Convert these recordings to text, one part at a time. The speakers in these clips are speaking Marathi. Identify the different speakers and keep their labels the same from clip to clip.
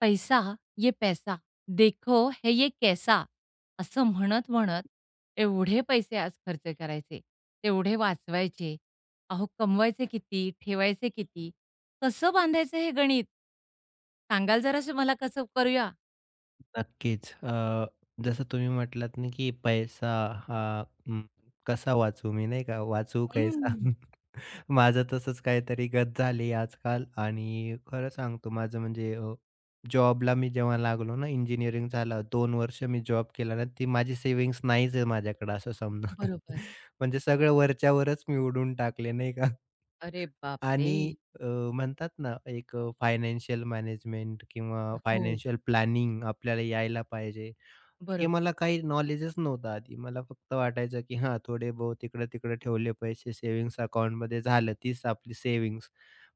Speaker 1: "पैसा ये पैसा, देखो है ये कैसा" असं म्हणत-म्हणत एवढे पैसे आज खर्च करायचे, तेवढे वाचवायचे. अहो, कमवायचे किती? ठेवायचे किती? कसं बांधायचं हे गणित? सांगाल जरासं मला कसं करूया?
Speaker 2: नक्कीच. जसं तुम्ही म्हटलात ना, की पैसा हा अं, कसा वाचवू मी नाही का? वाचवू
Speaker 1: हं.
Speaker 2: कैसा? माझं तसंच काहीतरी गत झाली आजकाल आणि खरं सांगतो माझं म्हणजे जॉबला मी जेव्हा लागलो ना, इंजिनिअरिंग झालं 2 वर्ष मी जॉब केला ना, ती माझी सेव्हिंग्ज नाहीच आहे माझ्याकडे असं समजा.
Speaker 1: बरोबर.
Speaker 2: म्हणजे सगळं वरच्यावरच मी उडवून टाकले नाही का?
Speaker 1: अरे बापरे!
Speaker 2: आणि अ, म्हणतात ना एक फायनान्शियल मॅनेजमेंट किंवा
Speaker 1: हो,
Speaker 2: फायनान्शियल प्लॅनिंग आपल्याला यायला पाहिजे. हे
Speaker 1: बरोबर.
Speaker 2: मला काही नॉलेजच नव्हतं आधी. मला फक्त वाटायचं की हां, थोडे बहुत इकडं-तिकडं ठेवले पैसे सेव्हिंग्ज अकाउंटमध्ये झालं तीच आपली सेव्हिंग्ज.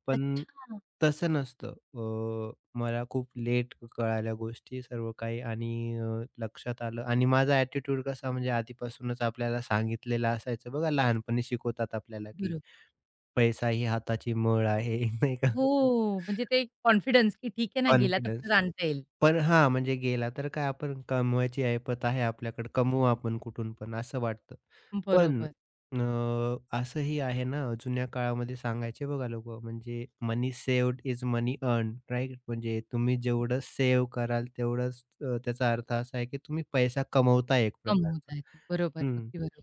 Speaker 2: पण
Speaker 1: अच्छा.
Speaker 2: तसं नसतं. अ, मला खूप लेट कळाल्या गोष्टी सर्व काही आणि लक्षात आलं आणि माझा ॲटिट्यूड कसा म्हणजे आधीपासूनच आपल्याला सांगितलेलं असायचं बघा लहानपणी शिकवतात आपल्याला की
Speaker 1: बरोबर.
Speaker 2: पैसा ही हाताची मळ आहे, नाही का?
Speaker 1: हो, म्हणजे ते एक कॉन्फिडन्स की ठीक आहे ना, गेला तर परत
Speaker 2: कॉन्फिडन्स.
Speaker 1: आणता येईल.
Speaker 2: पण हां, म्हणजे गेला तर काय आपण कमवायची ऐपत आहे आपल्याकडे, कमवू आपण कुठून पण असं वाटतं. पण
Speaker 1: बरोबर.
Speaker 2: अ, असंही आहे ना, जुन्या काळामध्ये सांगायचे बघा लोकं, म्हणजे money saved is money earned, right? म्हणजे तुम्ही जेवढं सेव्ह कराल तेवढंच त्याचा अर्थ असा आहे की तुम्ही पैसा कमवताय एक प्रकारचा.
Speaker 1: कमवता येतो. बरोबर,
Speaker 2: हं.
Speaker 1: अगदी बरोबर.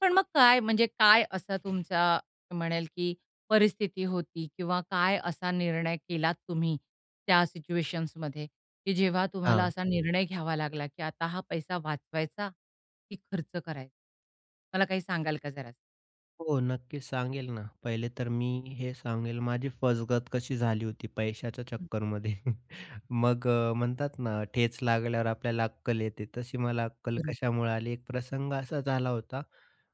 Speaker 1: पण मग काय म्हणजे काय असा तुमचा म्हणेल, की परिस्थिती होती किंवा काय असा निर्णय केलात तुम्ही त्या सिच्युएशन्समध्ये, की जेव्हा तुम्हाला
Speaker 2: हां.
Speaker 1: असा निर्णय घ्यावा लागला, की आता हा पैसा वाचवायचा की खर्च करायचा? मला काही सांगाल का जरा?
Speaker 2: हो, नक्कीच सांगेल ना. पहिले तर मी हे सांगेल माझी फसगत कशी झाली होती पैशाच्या
Speaker 1: हं,
Speaker 2: चक्करमध्ये. मग म्हणतात ना ठेच लागल्यावर आपल्याला अक्कल येते. तशी मला अक्कल
Speaker 1: बरोबर.
Speaker 2: कशामुळे आली, एक प्रसंग असा झाला होता.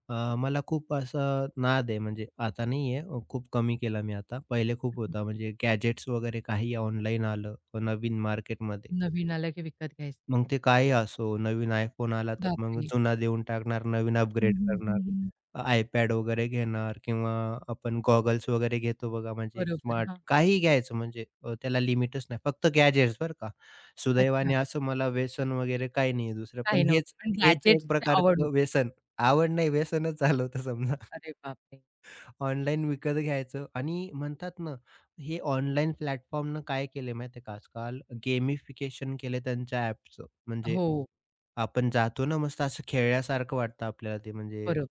Speaker 2: मला खूप असं नाद आहे म्हणजे आता नाही आहे, खूप कमी केला मी आता. पहिले खूप होता म्हणजे गॅजेट्स वगैरे काही ऑनलाईन आलं नवीन मार्केटमध्ये.
Speaker 1: नवीन आलं की विकत घ्यायचं.
Speaker 2: मग ते काही असो, नवीन iPhone आला तर मग
Speaker 1: बापरे!
Speaker 2: जुना देऊन टाकणार, नवीन
Speaker 1: हं,
Speaker 2: अपग्रेड
Speaker 1: हं,
Speaker 2: करणार.
Speaker 1: हं, हं.
Speaker 2: iPad वगैरे घेणार किंवा आपण गॉगल्स वगैरे घेतो बघा, म्हणजे
Speaker 1: बरोबर,
Speaker 2: स्मार्ट
Speaker 1: हां.
Speaker 2: काही घ्यायचं म्हणजे त्याला लिमिटच नाही. फक्त गॅजेट्स बरं का.
Speaker 1: अच्छा.
Speaker 2: सुदैवाने असं मला व्यसन वगैरे काही नाही आहे दुसरं.
Speaker 1: काही
Speaker 2: पण हेच
Speaker 1: नव्हतं आणि
Speaker 2: हेच एक
Speaker 1: गॅजेट्सची आवड
Speaker 2: प्रकारचं
Speaker 1: होती.
Speaker 2: व्यसन. आवड नाही, व्यसनच झालं होतं समजा.
Speaker 1: अरे बापरे!
Speaker 2: ऑनलाईन विकत घ्यायचं आणि म्हणतात ना, हे ऑनलाईन प्लॅटफॉर्मनं काय केलंय माहिती का आजकाल गेमिफिकेशन केलंय त्यांच्या ॲपचं. म्हणजे
Speaker 1: हो,
Speaker 2: आपण जातो ना, मस्त असं खेळल्यासारखं वाटतं आपल्याला ते म्हणजे
Speaker 1: बरोबर.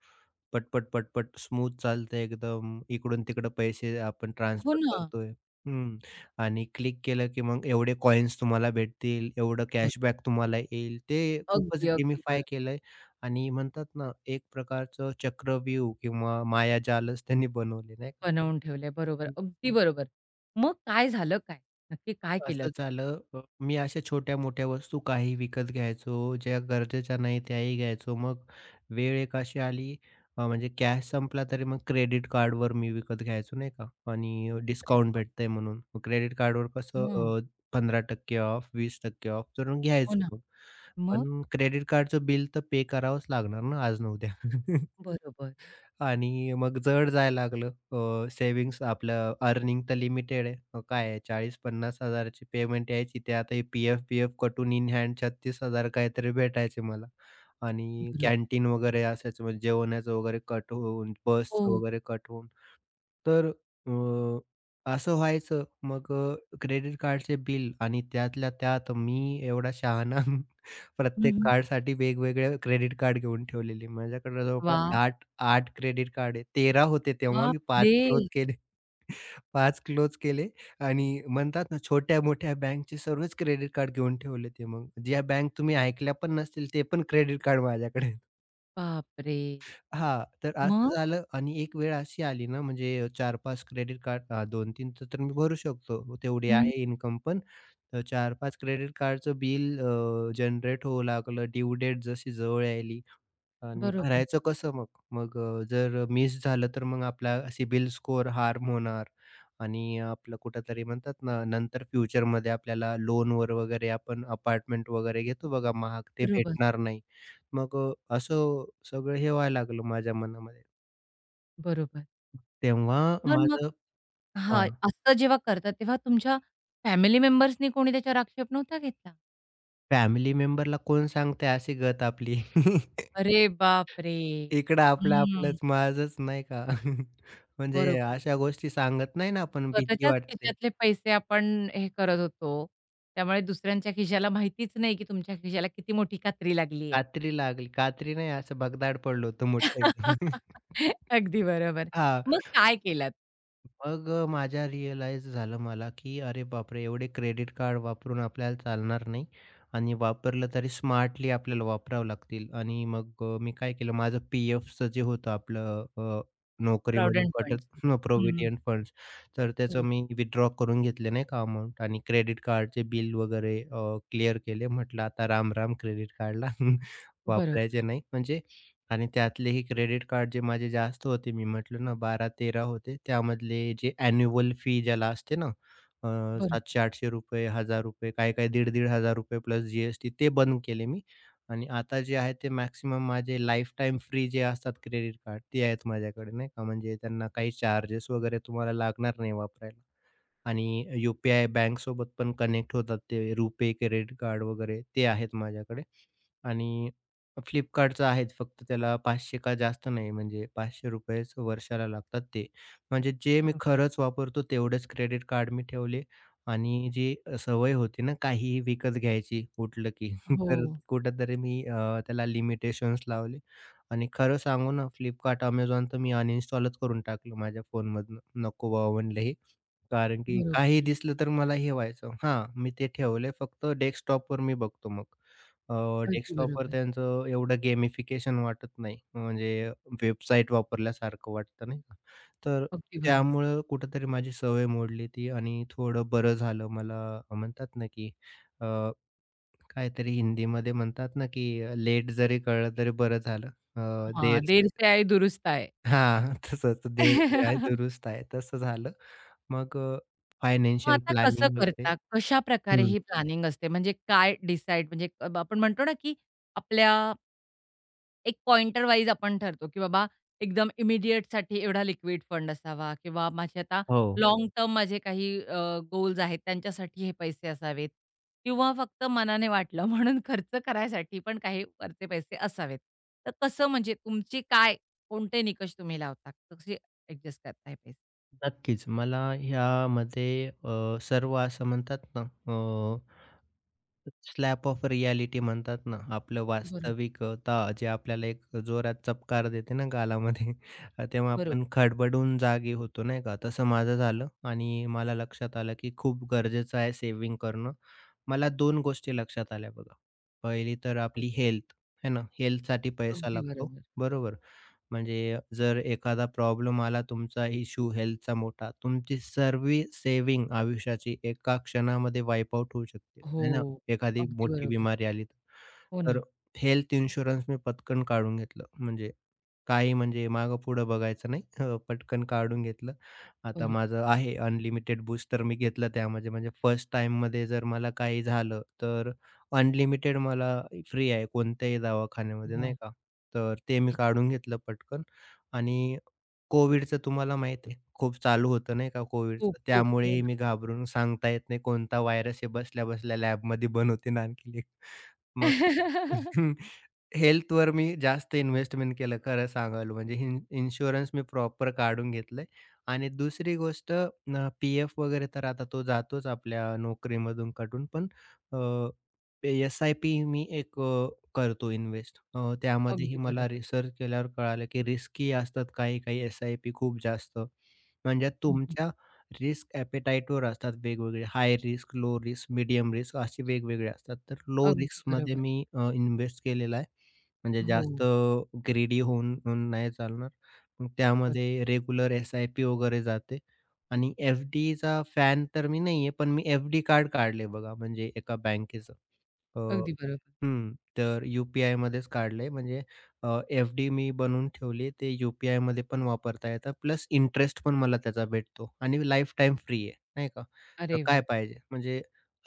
Speaker 2: पट-पट, पट-पट स्मूथ चालतंय एकदम. इकडून-तिकडं पैसे आपण
Speaker 1: हो
Speaker 2: ट्रान्सफर
Speaker 1: ना.
Speaker 2: करतोय. हं. आणि क्लिक केलं की मग एवढे कॉइन्स तुम्हाला भेटतील, एवढं
Speaker 1: बरोबर.
Speaker 2: कॅशबॅक तुम्हाला येईल. ते खूपच
Speaker 1: अगदी, अगदी
Speaker 2: गेमिफाय
Speaker 1: बरोबर.
Speaker 2: केलंय आणि म्हणतात ना, एक प्रकारचं चक्रव्यूह किंवा मायाजालच त्यांनी बनवले नाही का?
Speaker 1: बनवून ठेवलंय. बरोबर. अगदी बरोबर. मग काय झालं काय? नक्की काय
Speaker 2: मग
Speaker 1: केलत?
Speaker 2: असं झालं मी अशा छोट्या-मोठ्या वस्तू काही विकत घ्यायचो, ज्या गरजेच्या नाही त्याही घ्यायचो. मग वेळ एक अशी आली म्हणजे कॅश संपला तरी मग क्रेडिट कार्डवर मी विकत घ्यायचो नाही का आणि
Speaker 1: अरे
Speaker 2: डिस्काउंट
Speaker 1: बाप!
Speaker 2: भेटतंय म्हणून. क्रेडिट कार्डवर कसं
Speaker 1: हं.
Speaker 2: 15% ऑफ, 20% ऑफ करून
Speaker 1: हो
Speaker 2: घ्यायचो
Speaker 1: ना.
Speaker 2: मग.
Speaker 1: मग?
Speaker 2: पण क्रेडिट कार्डचं बिल तर पे करावंच लागणार ना आज ना उद्या.
Speaker 1: बरोबर,
Speaker 2: आणि मग जड जायला लागलं. आपलं अर्निंग तर लिमिटेड आहे. काय आहे 40,000-50,000 ची पेमेंट यायची. ते आता हे पी-एफ-पी-एफ कटून इन हँड 36,000 काहीतरी भेटायचे मला. आणि
Speaker 1: बरोबर.
Speaker 2: कॅन्टीन वगैरे असायचं म्हणजे जेवणाचं वगैरे कट होऊन,
Speaker 1: हो.
Speaker 2: बसचं वगैरे कट होऊन. तर अ, असं व्हायचं. मग क्रेडिट कार्डचे बिल आणि त्यातल्या त्यात मी एवढा शहाणा प्रत्येक
Speaker 1: हं,
Speaker 2: कार्डसाठी वेगवेगळे क्रेडिट कार्ड घेऊन ठेवलेली. माझ्याकडे जवळपास
Speaker 1: वाह!
Speaker 2: 8 8 क्रेडिट कार्ड आहे. 13 होते तेव्हा मी 5
Speaker 1: बापरे!
Speaker 2: क्लोज केले. 5 क्लोज केले आणि म्हणतात ना, छोट्या-मोठ्या बँकचे सर्वच क्रेडिट कार्ड घेऊन ठेवले ते मग. ज्या बँक तुम्ही ऐकल्या पण नसतील, ते पण क्रेडिट कार्ड माझ्याकडे आहेत.
Speaker 1: बापरे!
Speaker 2: हां, तर असं
Speaker 1: मग?
Speaker 2: झालं आणि एक वेळ अशी आली ना, म्हणजे 4-5 क्रेडिट कार्ड 2-3 तर तर मी भरू शकतो. तेवढी
Speaker 1: हं.
Speaker 2: आहे इन्कम पण. तर 4-5 क्रेडिट कार्डचं बिल जनरेट होऊ लागलं. ड्यू डेट जशी जवळ यायली आणि
Speaker 1: बरोबर,
Speaker 2: भरायचं कसं मग? मग जर मिस झालं तर मग आपला सिबिल स्कोअर हार्म होणार आणि आपलं कुठेतरी म्हणतात ना, नंतर फ्युचरमध्ये आपल्याला लोनवर वगैरे आपण अपार्टमेंट वगैरे घेतो बघा महाग, ते
Speaker 1: बरोबर,
Speaker 2: भेटणार नाही. मग असं सगळं हे व्हायला लागलं माझ्या मनामध्ये.
Speaker 1: बरोबर.
Speaker 2: तेव्हा
Speaker 1: पण मग
Speaker 2: माझं हां,
Speaker 1: हां, असं जेव्हा करतात तेव्हा तुमच्या फॅमिली मेंबर्सनी कोणी त्याच्यावर आक्षेप नव्हता घेतला?
Speaker 2: फॅमिली मेंबरला कोण सांगतंय अशी गत आपली.
Speaker 1: अरे बापरे!
Speaker 2: इकडं
Speaker 1: हं.
Speaker 2: आपलं-आपलंच, माझंच नाही का? म्हणजे
Speaker 1: बरोबर.
Speaker 2: अशा गोष्टी सांगत नाही ना आपण, भीती
Speaker 1: स्वतःच्याच
Speaker 2: वाटते.
Speaker 1: खिशातले पैसे आपण हे करत होतो. त्यामुळे दुसऱ्यांच्या खिशाला माहितीच नाही, की तुमच्या खिशाला किती मोठी कात्री लागली आहे.
Speaker 2: कात्री लागली, कात्री नाही असं भगदाड पडलो होतो मोठं एकदम.
Speaker 1: अगदी बरोबर.
Speaker 2: हां.
Speaker 1: मग काय केलात?
Speaker 2: मग माझ्या रिअलाईज झालं मला, की अरे बापरे! एवढे क्रेडिट कार्ड वापरून आपल्याला चालणार नाही आणि वापरलं तरी स्मार्टली आपल्याला वापरावं लागतील आणि मग मी काय केलं माझं पी-एफचं जे होतं आपलं नोकरीमधून
Speaker 1: प्रॉव्हिडंट
Speaker 2: कटत
Speaker 1: फंड्स? हं.
Speaker 2: हं, फंड्स तर त्याचं मी विथड्रॉ करून घेतले नाही का अमाउंट आणि क्रेडिट कार्डचे बिल वगैरे क्लिअर केले. म्हटलं आता राम-राम क्रेडिट कार्डला
Speaker 1: बरोबर,
Speaker 2: वापरायचे नाही. म्हणजे आणि त्यातलेही क्रेडिट कार्ड जे माझे जास्त होते, मी म्हटलं ना 12-13 होते. त्यामधले जे ॲन्युअल फी ज्याला असते ना, अ,
Speaker 1: बरोबर, बरोबर,
Speaker 2: ₹700-800, ₹1,000 काही-काही हजार ₹1,500 प्लस जी-एस-टी ते बंद केले मी. आणि आता जे आहे ते मॅक्सिमम माझे लाईफटाईम फ्री जे असतात क्रेडिट कार्ड ते आहेत माझ्याकडे नाही का. म्हणजे त्यांना काही चार्जेस वगैरे तुम्हाला लागणार नाही वापरायला. आणि यू-पी-आय बँकसोबत पण कनेक्ट होतात ते रुपे, क्रेडिट कार्ड वगैरे ते आहेत माझ्याकडे. आणि फ्लिपकार्टचं आहेत फक्त त्याला 500 का जास्त नाही म्हणजे ₹500च वर्षाला लागतात ते. म्हणजे जे मी
Speaker 1: बरोबर.
Speaker 2: खरंच वापरतो तेवढेच क्रेडिट कार्ड मी ठेवले आणि जी सवय होती ना काहीही विकत घ्यायची उठलं की तर
Speaker 1: हो,
Speaker 2: कुठेतरी मी त्याला लिमिटेशन्स लावले आणि खरं सांगू ना फ्लिपकार्ट, Amazon तर मी अनइन्स्टॉलच करून टाकलं माझ्या फोनमधनं. नको बाबा म्हणलं हे. कारण की
Speaker 1: बरोबर.
Speaker 2: काही दिसलं तर मला हे व्हायचं. हां, मी ते ठेवले फक्त डेस्कटॉपवर मी बघतो मग. अ,
Speaker 1: अगदी
Speaker 2: डेस्कटॉपवर
Speaker 1: बरोबर,
Speaker 2: त्यांचं एवढं गेमिफिकेशन वाटत नाही. म्हणजे वेबसाईट वापरल्यासारखं वाटतं नाही का? तर
Speaker 1: अगदी बरोबर.
Speaker 2: त्यामुळं कुठेतरी माझी सवय मोडली ती आणि थोडं बरं झालं मला म्हणतात ना, की अ, काहीतरी हिंदीमध्ये म्हणतात ना, की लेट जरी कळलं तरी बरं झालं. देर
Speaker 1: हां, देर से आई दुरुस्त आहे.
Speaker 2: हां, तसंच देणं आहे, दुरुस्त आहे. तसं झालं. मग
Speaker 1: मग
Speaker 2: फायनान्शियल
Speaker 1: आता कसं
Speaker 2: प्लॅनिंग वगैरे
Speaker 1: करता? कशाप्रकारे
Speaker 2: हं,
Speaker 1: ही प्लॅनिंग असते? म्हणजे काय डिसाईड म्हणजे आपण म्हणतो ना, की आपल्या एक पॉइंटर वाईज आपण ठरतो, की बाबा एकदम इमिडिएटसाठी एवढा लिक्विड फंड असावा किंवा माझे आता
Speaker 2: हो,
Speaker 1: लाँग टर्म माझे काही गोल्स आहेत त्यांच्यासाठी हे पैसे असावेत किंवा फक्त मनाने वाटलं म्हणून खर्च करायसाठी पण काही वरचे पैसे असावेत. तर कसं म्हणजे तुमची काय कोणते निकष तुम्ही लावता? कसे ॲडजस्ट करताय पैसे?
Speaker 2: नक्कीच. मला ह्यामध्ये सर्व असं म्हणतात ना, अ, स्लॅप ऑफ रिॲलिटी म्हणतात ना, आपलं
Speaker 1: बरोबर,
Speaker 2: वास्तविकता जे आपल्याला एक जोरात चपकार देते ना गालामध्ये, तेव्हा
Speaker 1: बरोबर.
Speaker 2: आपण खडबडून जागी होतो, नाही का? तसं माझं झालं आणि मला लक्षात आलं, की खूप गरजेचं आहे सेव्हिंग करणं. मला दोन गोष्टी लक्षात आल्या बघा. पहिली तर आपली हेल्थ, है ना? हेल्थसाठी पैसा
Speaker 1: अगदी
Speaker 2: लागतो,
Speaker 1: बरोबर.
Speaker 2: बरोबर? म्हणजे जर एखादा प्रॉब्लेम आला तुमचा इश्यू हेल्थचा मोठा, तुमची सर्व सेव्हिंग आयुष्याची एका क्षणामध्ये वाईप आउट होऊ शकते,
Speaker 1: हो,
Speaker 2: है ना? एखादी
Speaker 1: अगदी
Speaker 2: मोठी
Speaker 1: बरोबर.
Speaker 2: बिमारी आली तर.
Speaker 1: हो
Speaker 2: तर
Speaker 1: ना.
Speaker 2: हेल्थ इन्शुरन्स मी पटकन काढून घेतलं. म्हणजे काही म्हणजे मागं-पुढं बघायचं नाही. पटकन काढून घेतलं. आता
Speaker 1: बरोबर.
Speaker 2: माझं आहे अनलिमिटेड बूस्टर मी घेतलं त्यामध्ये. म्हणजे फर्स्ट टाईममध्ये जर मला काही झालं, तर अनलिमिटेड मला फ्री आहे कोणत्याही दवाखान्यामध्ये, नाही
Speaker 1: वाह!
Speaker 2: का? तर ते मी
Speaker 1: किती छान.
Speaker 2: काढून घेतलं पटकन आणि कोविडचं तुम्हाला माहीत आहे, खूप चालू होतं नाही का
Speaker 1: खूप,
Speaker 2: कोविडचं.
Speaker 1: खूप. हो
Speaker 2: त्यामुळेही
Speaker 1: ना.
Speaker 2: मी घाबरून सांगता येत नाही कोणता व्हायरस हे बसल्या-बसल्या लॅबमध्ये बनवते आणखीन एक. मग हेल्थवर मी जास्त इन्व्हेस्टमेंट केलं खरं सांगायला म्हणजे हिन इन्शुरन्स मी प्रॉपर काढून घेतलंय आणि दुसरी गोष्ट पी-एफ वगैरे तर आता तो जातोच आपल्या नोकरीमधून कटून. पण अ, एस-आय-पी मी एक करतो इन्व्हेस्ट. त्यामध्येही
Speaker 1: अगदी
Speaker 2: मला
Speaker 1: बरोबर.
Speaker 2: रिसर्च केल्यावर कळालं की रिस्की असतात काही-काही एस-आय-पी खूप जास्त. म्हणजे
Speaker 1: हं, हं.
Speaker 2: तुमच्या रिस्क ॲपेटाईटवर असतात वेगवेगळे. High risk, low risk, medium risk असे वेगवेगळे असतात. तर लो
Speaker 1: अगदी
Speaker 2: रिस्कमध्ये
Speaker 1: बरोबर.
Speaker 2: मी इन्व्हेस्ट केलेला आहे. म्हणजे
Speaker 1: हो.
Speaker 2: जास्त ग्रीडी होऊन होऊन नाही चालणार. मग
Speaker 1: अ,
Speaker 2: त्यामध्ये रेग्युलर एस-आय-पी वगैरे जाते आणि एफ-डीचा फॅन तर मी नाही आहे, पण मी एफ-डी कार्ड काढले बघा म्हणजे एका बँकेचं.
Speaker 1: अगदी बरोबर.
Speaker 2: हं, तर यू पी काढलंय म्हणजे एफ-डी मी बनवून ठेवली. ते यू पी पण वापरता येतं. प्लस इंटरेस्ट पण मला त्याचा भेटतो आणि लाईफटाईम फ्री आहे, नाही का. तर
Speaker 1: अरे
Speaker 2: काय
Speaker 1: वाह!
Speaker 2: पाहिजे म्हणजे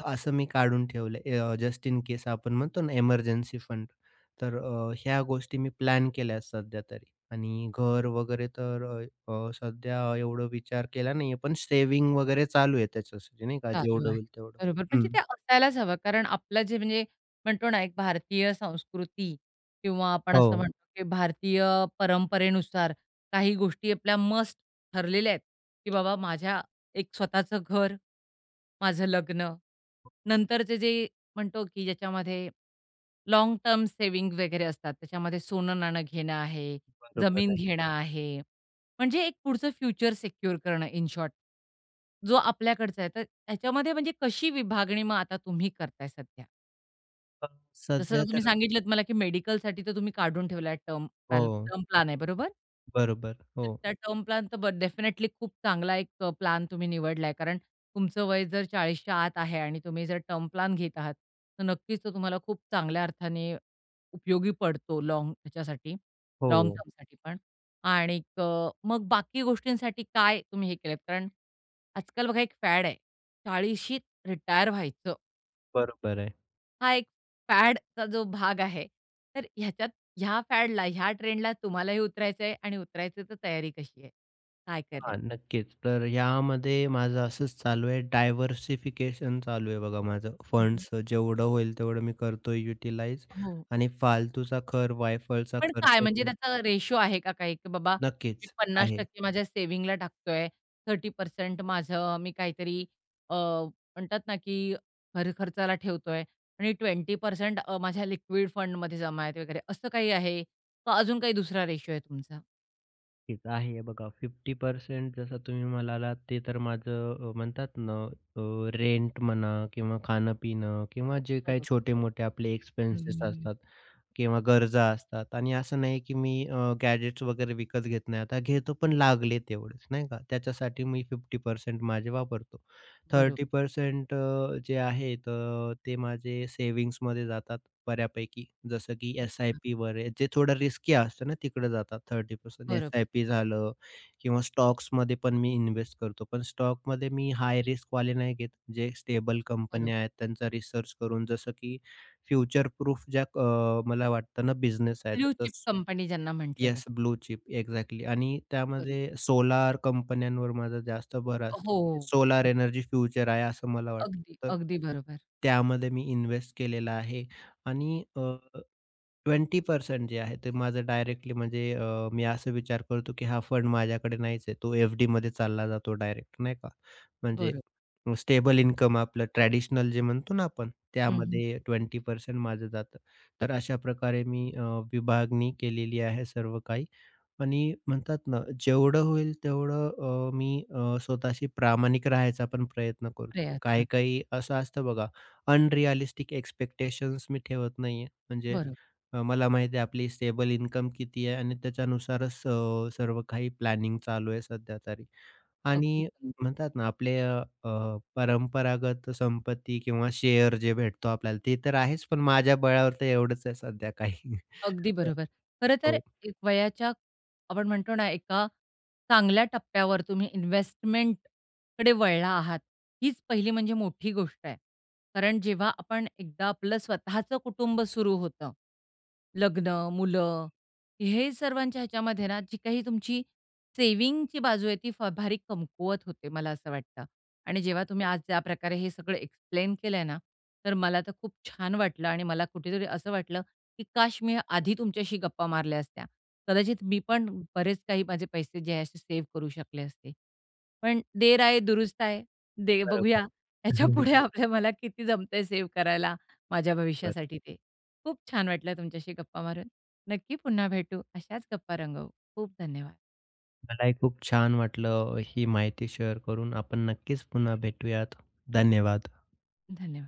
Speaker 2: असं मी काढून ठेवलंय जस्ट इन केस आपण म्हणतो ना इमर्जन्सी फंड. तर ह्या गोष्टी मी प्लॅन केल्या सध्या तरी आणि घर वगैरे तर अ, अ, सध्या एवढं विचार केला नाहीये, पण सेव्हिंग वगैरे चालू आहे त्याच्यासाठी नाही का,
Speaker 1: चालू
Speaker 2: जेवढं
Speaker 1: आहे.
Speaker 2: होईल तेवढं.
Speaker 1: बरोबर. म्हणजे ते
Speaker 2: हं.
Speaker 1: असायलाच हवं कारण आपलं जे म्हणजे म्हणतो ना, एक भारतीय संस्कृती किंवा आपण असं
Speaker 2: हो,
Speaker 1: म्हणतो, की भारतीय परंपरेनुसार काही गोष्टी आपल्या मस्ट ठरलेल्या आहेत, की बाबा माझ्या एक स्वतःचं घर, माझं लग्न, नंतरचे जे म्हणतो की ज्याच्यामध्ये लाँग टर्म सेव्हिंग वगैरे असतात, त्याच्यामध्ये सोनं-नाणं घेणं आहे,
Speaker 2: बरोबर
Speaker 1: जमीन
Speaker 2: आहे.
Speaker 1: घेणं आहे. म्हणजे एक पुढचं फ्युचर सिक्युअर करणं इन शॉर्ट. जो आपल्याकडचा आहे. तर त्याच्यामध्ये म्हणजे कशी विभागणी मग आता तुम्ही करताय सध्या?
Speaker 2: अ,
Speaker 1: जसं
Speaker 2: सध्या
Speaker 1: तुम्ही
Speaker 2: तर
Speaker 1: सांगितलत मला की मेडिकलसाठी तर तुम्ही काढून ठेवलाय टर्म
Speaker 2: हो,
Speaker 1: टर्म प्लॅन आहे बरोबर?
Speaker 2: बरोबर.
Speaker 1: तर
Speaker 2: हो,
Speaker 1: त्या टर्म प्लॅन तर ब डेफिनेटली खूप चांगला एक प्लॅन तुम्ही निवडलाय. कारण तुमचं वय जर 40च्या आत आहे आणि तुम्ही जर टर्म प्लॅन घेत आहात, तर नक्कीच तो तुम्हाला खूप चांगल्या अर्थाने उपयोगी पडतो लॉंग ह्याच्यासाठी, लाँग
Speaker 2: हो,
Speaker 1: टर्मसाठी पण. आणि मग बाकी गोष्टींसाठी काय तुम्ही हे केलंत? कारण आजकाल बघा एक फॅड आहे, 40शीत रिटायर व्हायचं.
Speaker 2: बरोबर आहे.
Speaker 1: हा एक फॅडचा जो भाग आहे, तर ह्याच्यात ह्या फॅडला, ह्या ट्रेंडला तुम्हालाही उतरायचं आहे आणि उतरायचं तर तयारी कशी आहे? काय करेल?
Speaker 2: हां, नक्कीच. तर यामध्ये माझं असंच चालू आहे, डायव्हर्सिफिकेशन चालू आहे बघा माझं.
Speaker 1: हं, हं.
Speaker 2: फंड्सचं जेवढं होईल तेवढं मी करतोय युटिलाइज
Speaker 1: हो.
Speaker 2: आणि फालतूचा खर्च, वायफळचा
Speaker 1: पण
Speaker 2: खर्च
Speaker 1: काय म्हणजे
Speaker 2: मी
Speaker 1: त्याचा रेशो आहे का काही, की बाबा मी
Speaker 2: नक्कीच आहे.
Speaker 1: 50% माझ्या सेव्हिंगला टाकतोय, 30% माझं मी काहीतरी म्हणतात ना, की घरखर्चाला ठेवतोय आणि 20% माझ्या लिक्विड फंडमध्ये जमा आहेत वगैरे, असं काही आहे? का अजून काही दुसरा रेशो आहे तुमचा?
Speaker 2: नक्कीच आहे बघा 50% जसं तुम्ही म्हणालात ते तर माझं म्हणतात ना रेंट म्हणा किंवा खाणं-पिणं किंवा जे काही
Speaker 1: बरोबर.
Speaker 2: छोटे-मोठे आपले
Speaker 1: हं, हं,
Speaker 2: एक्सपेन्सेस
Speaker 1: हं.
Speaker 2: असतात. किंवा गरजा असतात आणि असं नाही की मी गॅजेट्स वगैरे विकत घेत नाही. आता घेतो पण लागले तेवढेच नाही का? त्याच्यासाठी मी 50% माझे वापरतो.
Speaker 1: बरोबर.
Speaker 2: 30% जे आहे तर ते माझे सेव्हिंग्समध्ये जातात बऱ्यापैकी. जसं की
Speaker 1: अच्छा.
Speaker 2: एस-आय-पी वगैरे जे थोडं रिस्की असतं ना तिकडे जातात 30%
Speaker 1: बरोबर,
Speaker 2: एस-आय-पी झालं किंवा स्टॉक्समध्ये पण मी इन्व्हेस्ट करतो. पण स्टॉकमध्ये मी हाय रिस्कवाले नाही घेत. जे स्टेबल कंपन्या
Speaker 1: बरोबर.
Speaker 2: आहेत त्यांचा रिसर्च करून जसं की फ्युचर प्रूफ ज्या मला वाटतं ना बिझनेस आहे
Speaker 1: ब्लू चिप
Speaker 2: जसं
Speaker 1: कंपनी ज्यांना म्हटलं
Speaker 2: येस
Speaker 1: जातं.
Speaker 2: ब्लू चिप एक्झॅक्टली आणि
Speaker 1: बरोबर.
Speaker 2: त्यामध्ये सोलार कंपन्यांवर माझा जास्त भर असतो.
Speaker 1: हो,
Speaker 2: म्हणजे सोलार
Speaker 1: बरोबर.
Speaker 2: एनर्जी फ्युचर आहे असं मला वाटतं.
Speaker 1: अगदी,
Speaker 2: तर
Speaker 1: अगदी बरोबर.
Speaker 2: त्यामध्ये मी इन्व्हेस्ट केलेला आहे आणि 20% जे आहे ते माझं डायरेक्टली म्हणजे मी असा विचार करतो, की हा फंड माझ्याकडे नाहीच आहे. तो एफ-डीमध्ये चालला जातो डायरेक्ट नाही का. म्हणजे
Speaker 1: बरोबर.
Speaker 2: स्टेबल इन्कम आपलं ट्रॅडिशनल जे म्हणतो ना आपण,
Speaker 1: हं, हं.
Speaker 2: त्यामध्ये 20% माझं जातं. तर अशा प्रकारे मी विभागणी केलेली आहे सर्व काही. आणि म्हणतात ना, जेवढं होईल तेवढं मी स्वतःशी प्रामाणिक राहायचा पण प्रयत्न करतो.
Speaker 1: प्रयत्न केला.
Speaker 2: काही-काही असं असतं बघा, अनरिअलिस्टिक एक्सपेक्टेशन्स मी ठेवत नाहीये. म्हणजे
Speaker 1: बरोबर.
Speaker 2: मला माहिती आहे आपली स्टेबल इन्कम किती आहे आणि त्याच्यानुसारच सर्व काही प्लॅनिंग चालू आहे सध्या तरी. आणि
Speaker 1: अगदी
Speaker 2: म्हणतात ना, आपले अ, अ, परंपरागत संपत्ती किंवा शेअर जे भेटतो आपल्याला ते तर आहेच, पण माझ्या बळावर तर एवढंच आहे सध्या काही.
Speaker 1: अगदी बरोबर. खरं तर
Speaker 2: हो,
Speaker 1: एक वयाच्या आपण म्हणतो ना, एका चांगल्या टप्प्यावर तुम्ही इन्व्हेस्टमेंटकडे वळला आहात, हीच पहिली म्हणजे मोठी गोष्ट आहे. कारण जेव्हा आपण एकदा आपलं स्वतःचं कुटुंब सुरू होतं, लग्न, मुलं, हे सर्वांच्या ह्याच्यामध्ये ना, जी काही तुमची सेव्हिंगची बाजू आहे, ती फार भारी कमकुवत होते, मला असं वाटतं. आणि जेव्हा तुम्ही आज ज्याप्रकारे हे सगळं एक्सप्लेन केलंय ना, तर मला तर खूप छान वाटलं आणि मला कुठेतरी असं वाटलं की काश मी आधी तुमच्याशी गप्पा मारल्या असत्या. कदाचित मी पण बरेच काही माझे पैसे जे आहे असे सेव्ह करू शकले असते. पण देर आहे दुरुस्त आहे. दे बघूया
Speaker 2: बरोबर.
Speaker 1: ह्याच्यापुढे हो. आपल्या मला किती जमतंय सेव्ह करायला माझ्या
Speaker 2: बरोबर.
Speaker 1: भविष्यासाठी ते. खूप छान वाटलं तुमच्याशी गप्पा मारून. नक्की पुन्हा भेटू. अशाच गप्पा रंगवू. खूप धन्यवाद.
Speaker 2: मलाही खूप छान वाटलं ही माहिती शेअर करून. आपण नक्कीच पुन्हा भेटूयात. धन्यवाद.
Speaker 1: धन्यवाद.